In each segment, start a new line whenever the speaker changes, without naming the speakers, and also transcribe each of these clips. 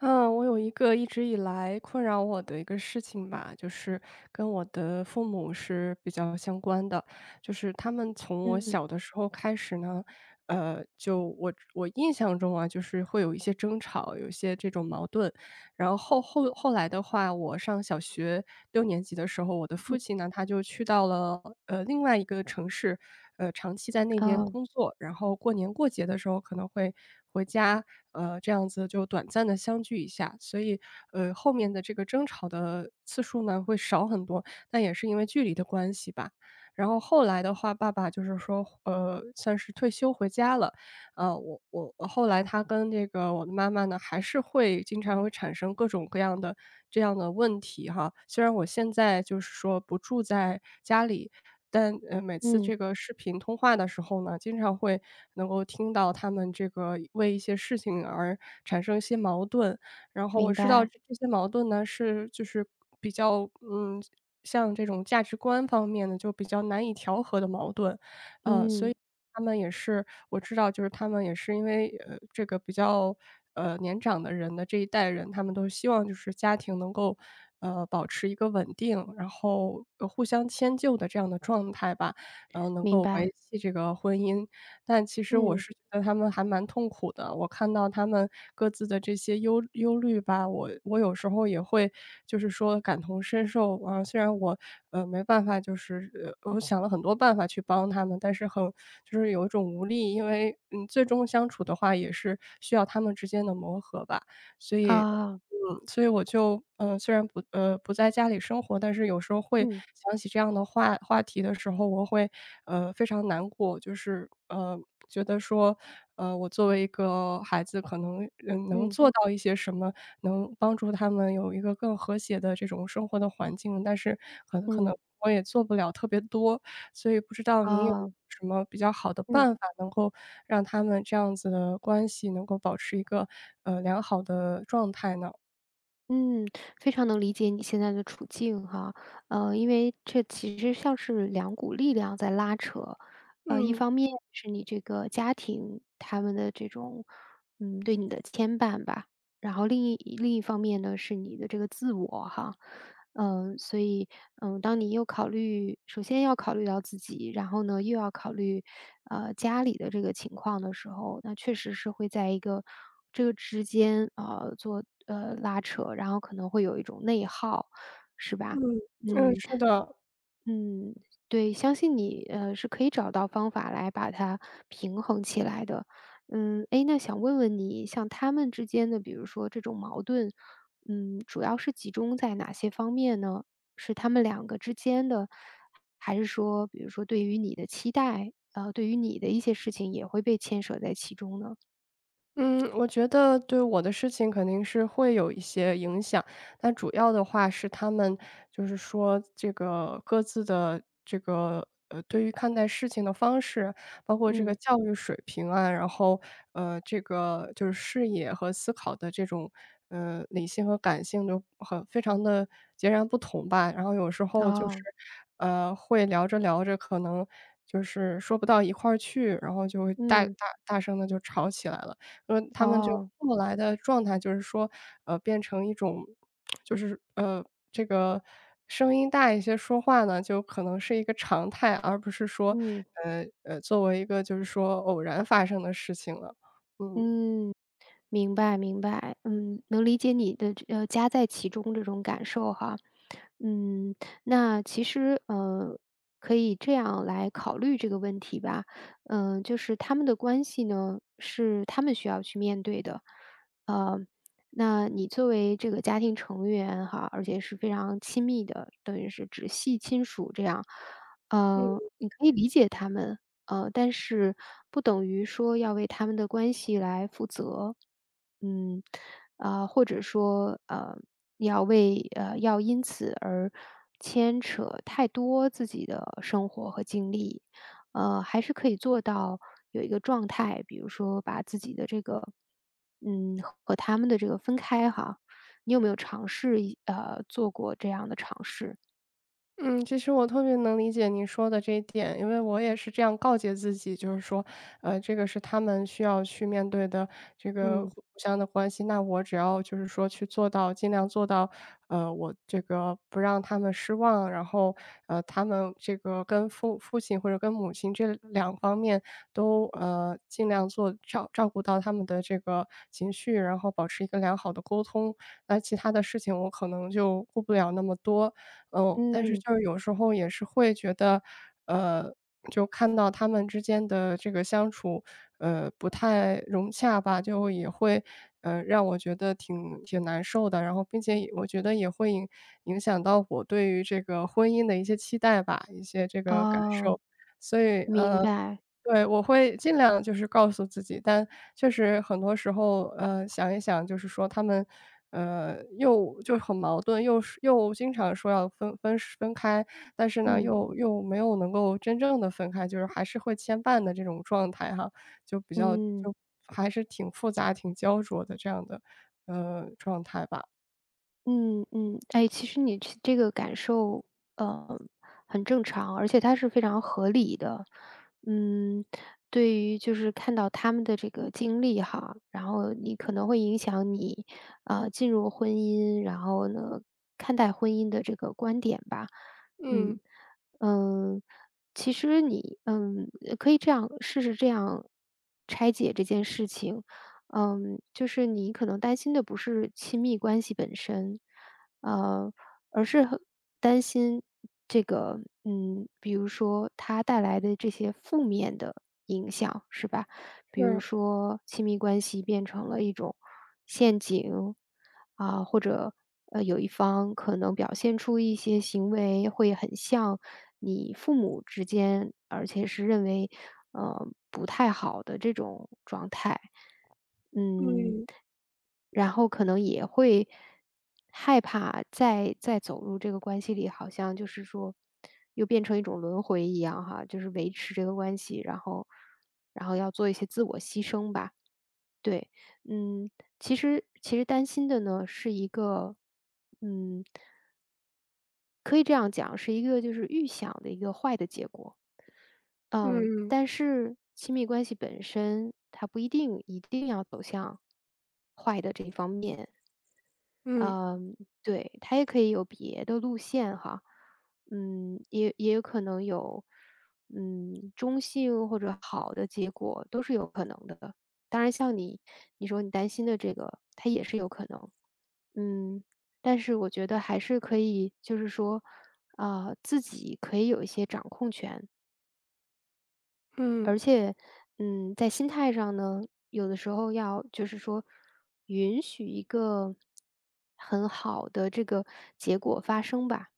嗯，我有一个一直以来困扰我的一个事情吧，就是跟我的父母是比较相关的。就是他们从我
嗯
小的时候开始呢，就我印象中啊，就是会有一些争吵，有一些这种矛盾。然后后来的话，我上小学六年级的时候，我的父
嗯，
亲呢，他就去到了，另外一个城市，长期在那边
哦，
工作，然后过年过节的时候可能会回家，这样子就短暂的相聚一下。所以，后面的这个争吵的次数呢，会少很多，那也是因为距离的关系吧。然后后来的话，爸爸就是说，算是退休回家了，我后来她跟这个我的妈妈呢，还是会经常会产生各种各样的这样的问题哈。虽然我现在就是说不住在家里，但，每次
嗯，
这个视频通话的时候呢，经常会能够听到他们这个为一些事情而产生一些矛盾。然后我
明
知道
白，
这些矛盾呢，是就是比较，像这种价值观方面的就比较难以调和的矛盾。
嗯，
他们也是我知道就是他们也是因为，这个比较，年长的人的这一代人，他们都希望就是家庭能够，保持一个稳定，然后，互相迁就的这样的状态吧。然后能
明
够维
白，
系这个婚姻。但其实我
嗯
是觉得他们还蛮痛苦的，我看到他们各自的这些忧虑吧，我有时候也会就是说感同身受。啊，虽然我，没办法，就是我想了很多办法去帮他们，但是很就是有一种无力。因为，最终相处的话也是需要他们之间的磨合吧，所以
哦，啊
所以我就，虽然不在家里生活，但是有时候会
嗯
想起这样的话题的时候，我会，非常难过。就是，觉得说，我作为一个孩子，可能，能
嗯
做到一些什么，能帮助他们有一个更和谐的这种生活的环境，但是可能
嗯
我也做不了特别多。所以不知道
哦，
您有
啊
什么比较好的
嗯
办法，能够让他们这样子的关系能够保持一个，良好的状态呢？
嗯，非常能理解你现在的处境哈。因为这其实像是两股力量在拉扯。一
嗯，
方面是你这个家庭他们的这种，嗯，对你的牵绊吧，然后另一方面呢是你的这个自我哈。嗯，所以，嗯，当你又考虑首先要考虑到自己，然后呢，又要考虑，家里的这个情况的时候，那确实是会在一个这个之间，啊做拉扯，然后可能会有一种内耗，是吧？
嗯，嗯，
嗯。
是的。
嗯，对，相信你，是可以找到方法来把它平衡起来的。嗯，诶，那想问问你，像他们之间的，比如说这种矛盾，嗯，主要是集中在哪些方面呢？是他们两个之间的，还是说，比如说对于你的期待，对于你的一些事情也会被牵扯在其中呢？
嗯，我觉得对我的事情肯定是会有一些影响。但主要的话是他们就是说这个各自的这个，对于看待事情的方式，包括这个
嗯，
教育水平啊，然后，这个就是视野和思考的这种，理性和感性都很非常的截然不同吧。然后有时候就是，
哦，
呃，会聊着聊着可能就是说不到一块儿去，然后就会大大
嗯，
大声的就吵起来了。他们就
哦，
后来的状态就是说，变成一种就是这个声音大一些说话呢，就可能是一个常态，而不是说，
嗯，
呃，呃，作为一个就是说偶然发生的事情了，嗯。
嗯。明白明白，嗯，能理解你的夹在其中这种感受哈。嗯，那其实，可以这样来考虑这个问题吧。嗯，就是他们的关系呢，是他们需要去面对的。呃，那你作为这个家庭成员哈，而且是非常亲密的，等于是直系亲属这样。你可以理解他们，但是不等于说要为他们的关系来负责。嗯，啊，或者说，要因此而牵扯太多自己的生活和经历。还是可以做到有一个状态，比如说把自己的这个嗯，和他们的这个分开哈。你有没有尝试做过这样的尝试？
嗯，其实我特别能理解您说的这一点，因为我也是这样告诫自己，就是说，这个是他们需要去面对的这个
嗯，
互相的关系，那我只要就是说去做到，尽量做到，我这个不让他们失望，然后，他们这个跟父亲或者跟母亲这两方面都尽量做照顾到他们的这个情绪，然后保持一个良好的沟通。那其他的事情我可能就顾不了那么多，但是
嗯。
就是有时候也是会觉得，呃，就看到他们之间的这个相处，不太融洽吧，就也会，让我觉得挺难受的。然后并且也我觉得也会影响到我对于这个婚姻的一些期待吧，一些这个感
啊。
受。所以，
明
呃
白，
对，我会尽量就是告诉自己，但确实很多时候，想一想就是说他们，又就很矛盾，又是又经常说要分开，但是呢，
嗯
又没有能够真正的分开，就是还是会牵绊的这种状态哈，就比较就
嗯
还是挺复杂、挺焦灼的这样的，状态吧。
嗯嗯，哎，其实你这个感受，呃，很正常，而且它是非常合理的。嗯，对于就是看到他们的这个经历哈，然后你可能会影响你，进入婚姻，然后呢，看待婚姻的这个观点吧。
嗯，
嗯嗯，其实你可以这样试试这样拆解这件事情。嗯，就是你可能担心的不是亲密关系本身，呃，而是很担心这个，嗯，比如说它带来的这些负面的影响，是吧？比如
是，
说亲密关系变成了一种陷阱，啊，或者有一方可能表现出一些行为会很像你父母之间，而且是认为不太好的这种状态，嗯，
嗯，
然后可能也会，害怕再走入这个关系里，好像就是说又变成一种轮回一样哈，就是维持这个关系，然后要做一些自我牺牲吧。对，嗯，其实担心的呢是一个，嗯，可以这样讲，是一个就是预想的一个坏的结果。嗯，
嗯，
但是亲密关系本身它不一定一定要走向坏的这一方面，
嗯，
嗯，对，他也可以有别的路线哈，嗯，也有可能有，嗯，中性或者好的结果都是有可能的。当然，像你说你担心的这个，它也是有可能，嗯，但是我觉得还是可以，就是说，啊、自己可以有一些掌控权，
嗯。
而且，嗯，在心态上呢，有的时候要就是说，允许一个很好的这个结果发生吧。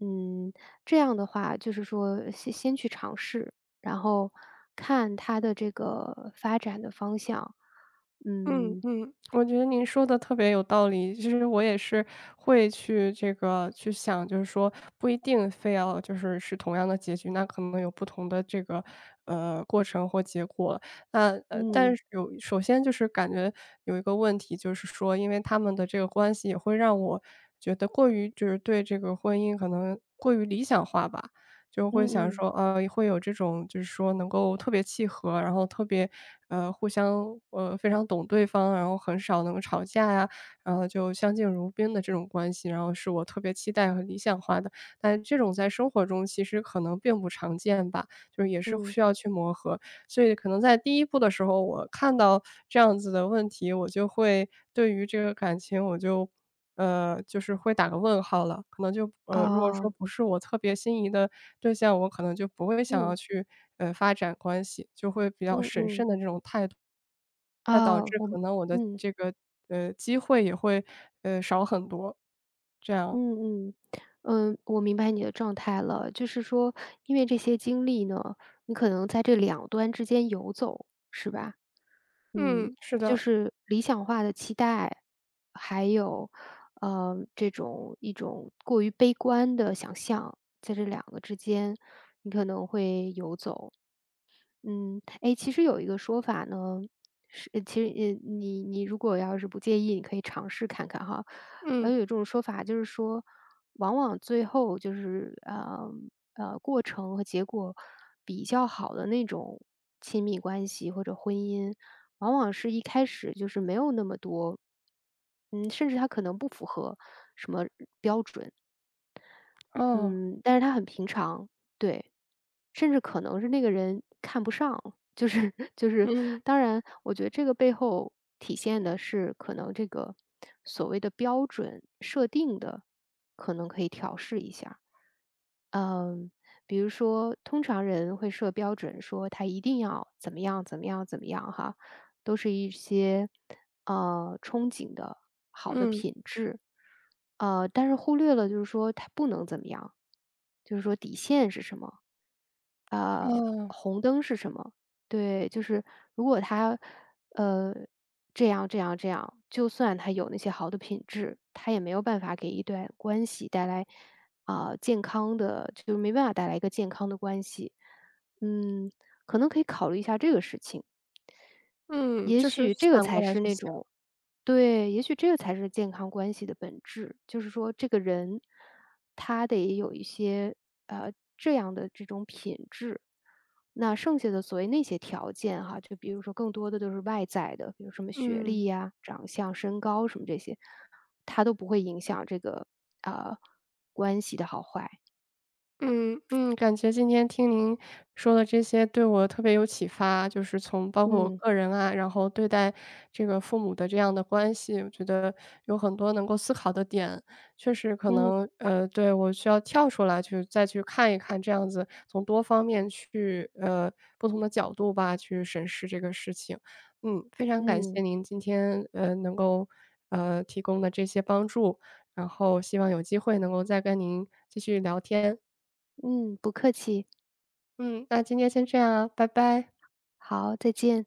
嗯，这样的话就是说先去尝试，然后看它的这个发展的方向。
嗯
嗯
嗯，我觉得您说的特别有道理。其实我也是会去这个去想，就是说不一定非要是同样的结局，那可能有不同的这个，过程或结果。那，但
嗯
是首先就是感觉有一个问题，就是说因为他们的这个关系也会让我觉得过于就是对这个婚姻可能过于理想化吧。就
嗯
会想
嗯
说，会有这种就是说能够特别契合，然后特别，互相非常懂对方，然后很少能够吵架呀，然后就相敬如宾的这种关系，然后是我特别期待和理想化的。但这种在生活中其实可能并不常见吧，就是也是
嗯，
需要去磨合。所以可能在第一步的时候，我看到这样子的问题，我就会对于这个感情就是会打个问号了。可能如果说
啊
不是我特别心仪的对象，我可能就不会想
嗯
要去，发展关系，就会比较
嗯
审
嗯，
慎的这种态度。那导
啊
致
我
可能我的
嗯。
这个，机会也会，少很多，这样。
嗯嗯，嗯，我明白你的状态了。就是说，因为这些经历呢，你可能在这两端之间游走，是吧？嗯，
嗯，是
就
的，
是理想化的期待，还有，这种一种过于悲观的想象，在这两个之间，你可能会游走。嗯，哎，其实有一个说法呢，其实你如果要是不介意，你可以尝试看看哈。
嗯，
有这种说法就是说，往往最后就是，过程和结果比较好的那种亲密关系或者婚姻，往往是一开始就是没有那么多甚至它可能不符合什么标准，
哦，
嗯，但是它很平常，对。甚至可能是那个人看不上，就是 就是，
嗯，
当然，我觉得这个背后体现的是可能这个所谓的标准设定的，可能可以调试一下。嗯，比如说，通常人会设标准，说他一定要怎么样怎么样怎么样哈，都是一些，憧憬的好的
嗯，
品质。但是忽略了就是说它不能怎么样，就是说底线是什么，呃，
哦，
红灯是什么。对，就是如果他呃，这样这样这样，就算他有那些好的品质，他也没有办法给一段关系带来，啊，健康的就是没办法带来一个健康的关系。嗯，可能可以考虑一下这个事情。
嗯，
也
就是
许这个
反过
才
来
是
去
那
想，
种对，也许这个才是健康关系的本质，就是说这个人他得有一些，呃，这样的这种品质。那剩下的所谓那些条件哈，就比如说更多的都是外在的，比如什么学
嗯。
历呀、长相、身高什么这些，它都不会影响这个，啊，关系的好坏。
嗯嗯，感觉今天听您说的这些对我特别有启发，就是从包括我
嗯，
个人啊，然后对待这个父母的这样的关系，我觉得有很多能够思考的点。确实可
嗯，
能，对，我需要跳出来去再去看一看，这样子从多方面去，不同的角度吧，去审视这个事情。非常感谢
嗯，
您今天，能够，提供的这些帮助，然后希望有机会能够再跟您继续聊天。
嗯，不客气。
嗯，那今天先这样啊，拜拜。
好，再见。